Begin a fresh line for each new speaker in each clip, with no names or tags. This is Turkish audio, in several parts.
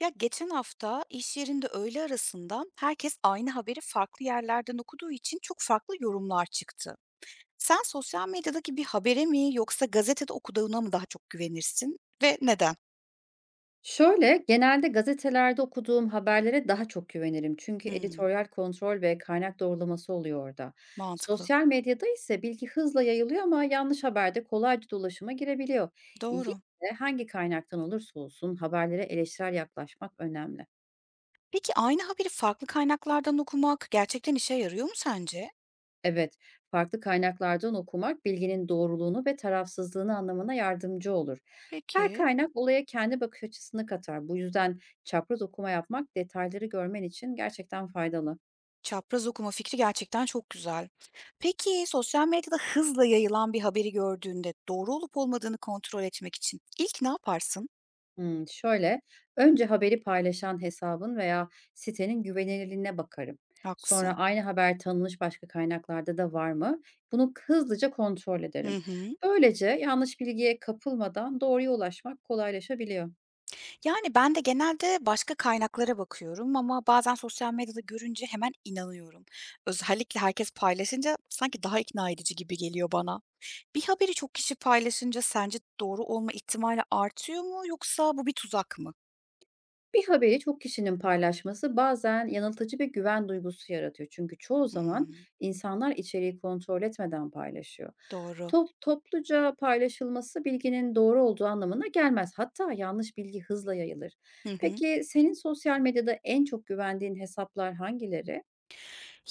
Ya geçen hafta iş yerinde öğle arasında herkes aynı haberi farklı yerlerden okuduğu için çok farklı yorumlar çıktı. Sen sosyal medyadaki bir habere mi yoksa gazetede okuduğuna mı daha çok güvenirsin ve neden?
Şöyle, genelde gazetelerde okuduğum haberlere daha çok güvenirim. Çünkü
Hmm,
editoryal kontrol ve kaynak doğrulaması oluyor orada.
mantıklı.
Sosyal medyada ise bilgi hızla yayılıyor ama yanlış haber de kolayca dolaşıma girebiliyor. Yine
Doğru.
de hangi kaynaktan olursa olsun haberlere eleştirel yaklaşmak önemli.
Peki aynı haberi farklı kaynaklardan okumak gerçekten işe yarıyor mu sence?
Evet, farklı kaynaklardan okumak bilginin doğruluğunu ve tarafsızlığını anlamana yardımcı olur. Her
Peki.
kaynak olaya kendi bakış açısını katar. Bu yüzden çapraz okuma yapmak detayları görmen için gerçekten faydalı.
Çapraz okuma fikri gerçekten çok güzel. Peki sosyal medyada hızla yayılan bir haberi gördüğünde doğru olup olmadığını kontrol etmek için ilk ne yaparsın?
Hımm, şöyle, önce haberi paylaşan hesabın veya sitenin güvenilirliğine bakarım. Sonra
Haklısın.
aynı haber tanınmış başka kaynaklarda da var mı? Bunu hızlıca kontrol ederim.
Hı hı.
Böylece yanlış bilgiye kapılmadan doğruya ulaşmak kolaylaşabiliyor.
Ben de genelde başka kaynaklara bakıyorum ama bazen sosyal medyada görünce hemen inanıyorum. Özellikle herkes paylaşınca sanki daha ikna edici gibi geliyor bana. Bir haberi çok kişi paylaşınca sence doğru olma ihtimali artıyor mu yoksa bu bir tuzak mı?
Bir haberi çok kişinin paylaşması bazen yanıltıcı bir güven duygusu yaratıyor. Çünkü çoğu zaman
Hımm,
insanlar içeriği kontrol etmeden paylaşıyor.
doğru.
Topluca paylaşılması bilginin doğru olduğu anlamına gelmez. Hatta yanlış bilgi hızla yayılır.
Hı hı.
Peki senin sosyal medyada en çok güvendiğin hesaplar hangileri?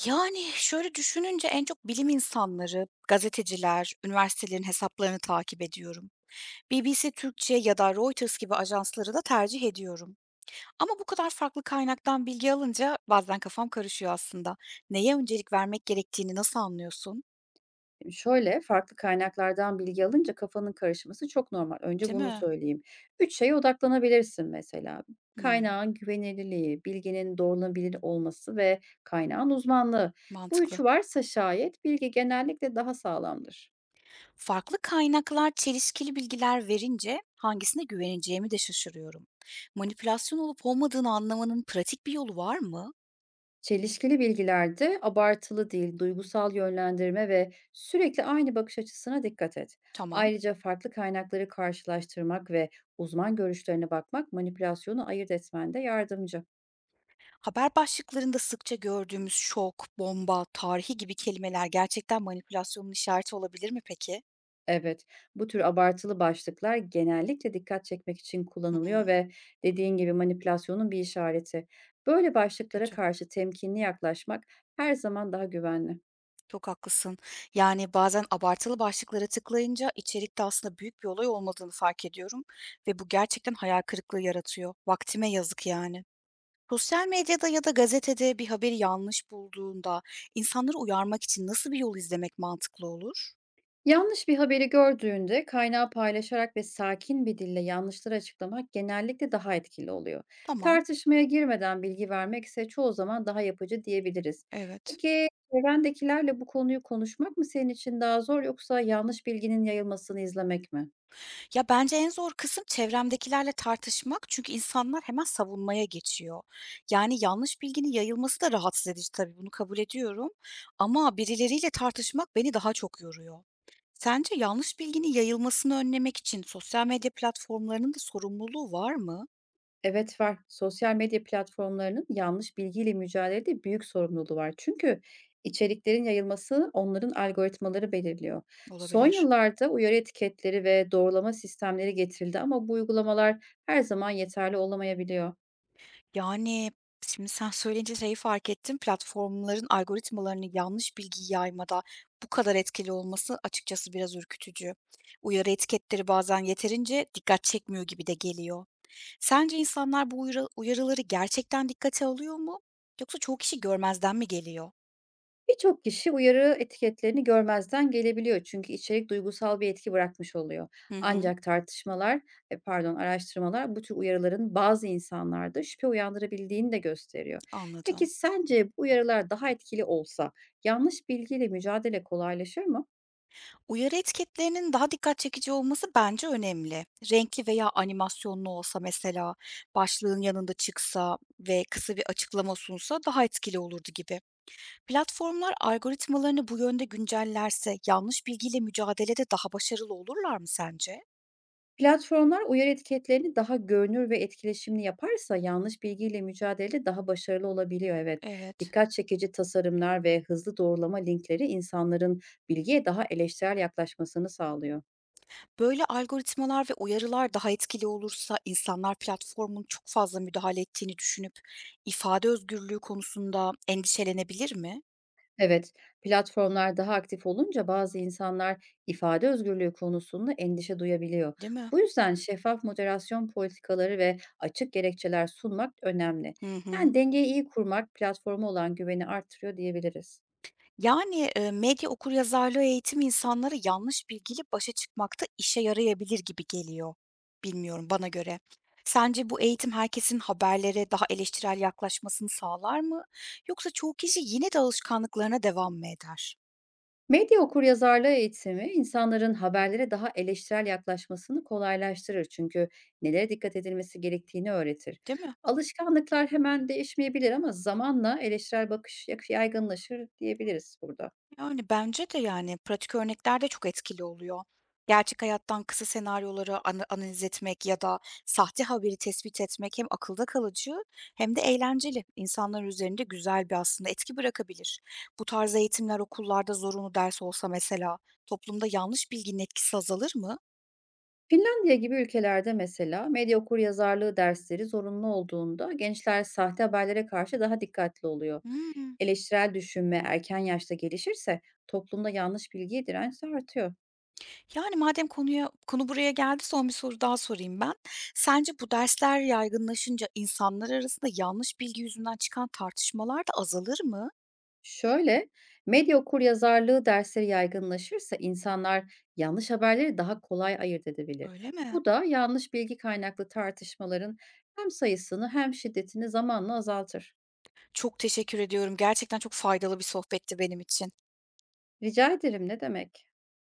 Şöyle düşününce en çok bilim insanları, gazeteciler, üniversitelerin hesaplarını takip ediyorum. BBC Türkçe ya da Reuters gibi ajansları da tercih ediyorum. Ama bu kadar farklı kaynaktan bilgi alınca bazen kafam karışıyor aslında. Neye öncelik vermek gerektiğini nasıl anlıyorsun?
Şöyle, farklı kaynaklardan bilgi alınca kafanın karışması çok normal. Önce
Değil
bunu
mi?
söyleyeyim. Üç şeye odaklanabilirsin mesela.
Hımm,
Kaynağın güvenilirliği, bilginin doğrulanabilir olması ve kaynağın uzmanlığı. Bu
mantıklı.
üçü varsa şayet bilgi genellikle daha sağlamdır.
Farklı kaynaklar çelişkili bilgiler verince hangisine güveneceğimi de şaşırıyorum. Manipülasyon olup olmadığını anlamanın pratik bir yolu var mı?
Çelişkili bilgilerde abartılı değil, duygusal yönlendirme ve sürekli aynı bakış açısına dikkat et.
Tamam.
Ayrıca farklı kaynakları karşılaştırmak ve uzman görüşlerine bakmak manipülasyonu ayırt etmende yardımcı.
Haber başlıklarında sıkça gördüğümüz şok, bomba, tarihi gibi kelimeler gerçekten manipülasyonun işareti olabilir mi peki?
Evet, bu tür abartılı başlıklar genellikle dikkat çekmek için kullanılıyor
Hımm,
ve dediğin gibi manipülasyonun bir işareti. Böyle başlıklara
kötü.
karşı temkinli yaklaşmak her zaman daha güvenli.
Çok haklısın. Yani bazen abartılı başlıklara tıklayınca içerikte aslında büyük bir olay olmadığını fark ediyorum ve bu gerçekten hayal kırıklığı yaratıyor. Vaktime yazık yani. Sosyal medyada ya da gazetede bir haberi yanlış bulduğunda insanları uyarmak için nasıl bir yol izlemek mantıklı olur?
Yanlış bir haberi gördüğünde kaynağı paylaşarak ve sakin bir dille yanlışları açıklamak genellikle daha etkili oluyor.
Tamam,
Tartışmaya girmeden bilgi vermek ise çoğu zaman daha yapıcı diyebiliriz.
evet.
Peki çevrendekilerle bu konuyu konuşmak mı senin için daha zor yoksa yanlış bilginin yayılmasını izlemek mi?
Ya, bence en zor kısım çevremdekilerle tartışmak çünkü insanlar hemen savunmaya geçiyor. Yani yanlış bilginin yayılması da rahatsız edici tabii, bunu kabul ediyorum ama birileriyle tartışmak beni daha çok yoruyor. Sence yanlış bilginin yayılmasını önlemek için sosyal medya platformlarının da sorumluluğu var mı?
Evet var. Sosyal medya platformlarının yanlış bilgiyle mücadelede büyük sorumluluğu var. Çünkü içeriklerin yayılması onların algoritmaları belirliyor. Son
Olabilir.
yıllarda uyarı etiketleri ve doğrulama sistemleri getirildi ama bu uygulamalar her zaman yeterli olamayabiliyor.
Yani, Şimdi sen söyleyince şeyi fark ettim, platformların algoritmalarının yanlış bilgi yaymada bu kadar etkili olması açıkçası biraz ürkütücü. Uyarı etiketleri bazen yeterince dikkat çekmiyor gibi de geliyor. Sence insanlar bu uyarıları gerçekten dikkate alıyor mu yoksa çoğu kişi görmezden mi geliyor?
Birçok kişi uyarı etiketlerini görmezden gelebiliyor çünkü içerik duygusal bir etki bırakmış oluyor.
Hı hı,
Ancak pardon, araştırmalar bu tür uyarıların bazı insanlarda şüphe uyandırabildiğini de gösteriyor. Peki
anladım.
sence bu uyarılar daha etkili olsa yanlış bilgiyle mücadele kolaylaşır mı?
Uyarı etiketlerinin daha dikkat çekici olması bence önemli. Renkli veya animasyonlu olsa mesela, başlığın yanında çıksa ve kısa bir açıklama sunsa daha etkili olurdu gibi. Platformlar algoritmalarını bu yönde güncellerse yanlış bilgiyle mücadelede daha başarılı olurlar mı sence?
Platformlar uyarı etiketlerini daha görünür ve etkileşimli yaparsa yanlış bilgiyle mücadele daha başarılı olabiliyor, evet.
Evet.
Dikkat çekici tasarımlar ve hızlı doğrulama linkleri insanların bilgiye daha eleştirel yaklaşmasını sağlıyor.
Böyle algoritmalar ve uyarılar daha etkili olursa insanlar platformun çok fazla müdahale ettiğini düşünüp ifade özgürlüğü konusunda endişelenebilir mi?
Evet, platformlar daha aktif olunca bazı insanlar ifade özgürlüğü konusunda endişe duyabiliyor.
Değil mi?
Bu yüzden şeffaf moderasyon politikaları ve açık gerekçeler sunmak önemli.
Hı
Yani
hı.
dengeyi iyi kurmak platforma olan güveni artırıyor diyebiliriz.
Medya okuryazarlığı eğitimi insanlara yanlış bilgiyle başa çıkmakta işe yarayabilir gibi geliyor. Bilmiyorum, bana göre. Sence bu eğitim herkesin haberlere daha eleştirel yaklaşmasını sağlar mı? Yoksa çoğu kişi yine de alışkanlıklarına devam mı eder?
Medya okuryazarlığı eğitimi insanların haberlere daha eleştirel yaklaşmasını kolaylaştırır. Çünkü nelere dikkat edilmesi gerektiğini öğretir.
Değil mi?
Alışkanlıklar hemen değişmeyebilir ama zamanla eleştirel bakış yaygınlaşır diyebiliriz burada.
Pratik örnekler de çok etkili oluyor. Gerçek hayattan kısa senaryoları analiz etmek ya da sahte haberi tespit etmek hem akılda kalıcı hem de eğlenceli. İnsanlar üzerinde güzel bir aslında etki bırakabilir. Bu tarz eğitimler okullarda zorunlu ders olsa mesela toplumda yanlış bilginin etkisi azalır mı?
Finlandiya gibi ülkelerde mesela medya okuryazarlığı dersleri zorunlu olduğunda gençler sahte haberlere karşı daha dikkatli oluyor.
Hımm.
Eleştirel düşünme erken yaşta gelişirse toplumda yanlış bilgiye direnç artıyor.
Madem konu buraya geldi son bir soru daha sorayım ben. Sence bu dersler yaygınlaşınca insanlar arasında yanlış bilgi yüzünden çıkan tartışmalar da azalır mı?
Şöyle, medya okuryazarlığı dersleri yaygınlaşırsa insanlar yanlış haberleri daha kolay ayırt edebilir.
Öyle mi?
Bu da yanlış bilgi kaynaklı tartışmaların hem sayısını hem şiddetini zamanla azaltır.
Çok teşekkür ediyorum. Gerçekten çok faydalı bir sohbetti benim için.
Rica ederim, ne demek?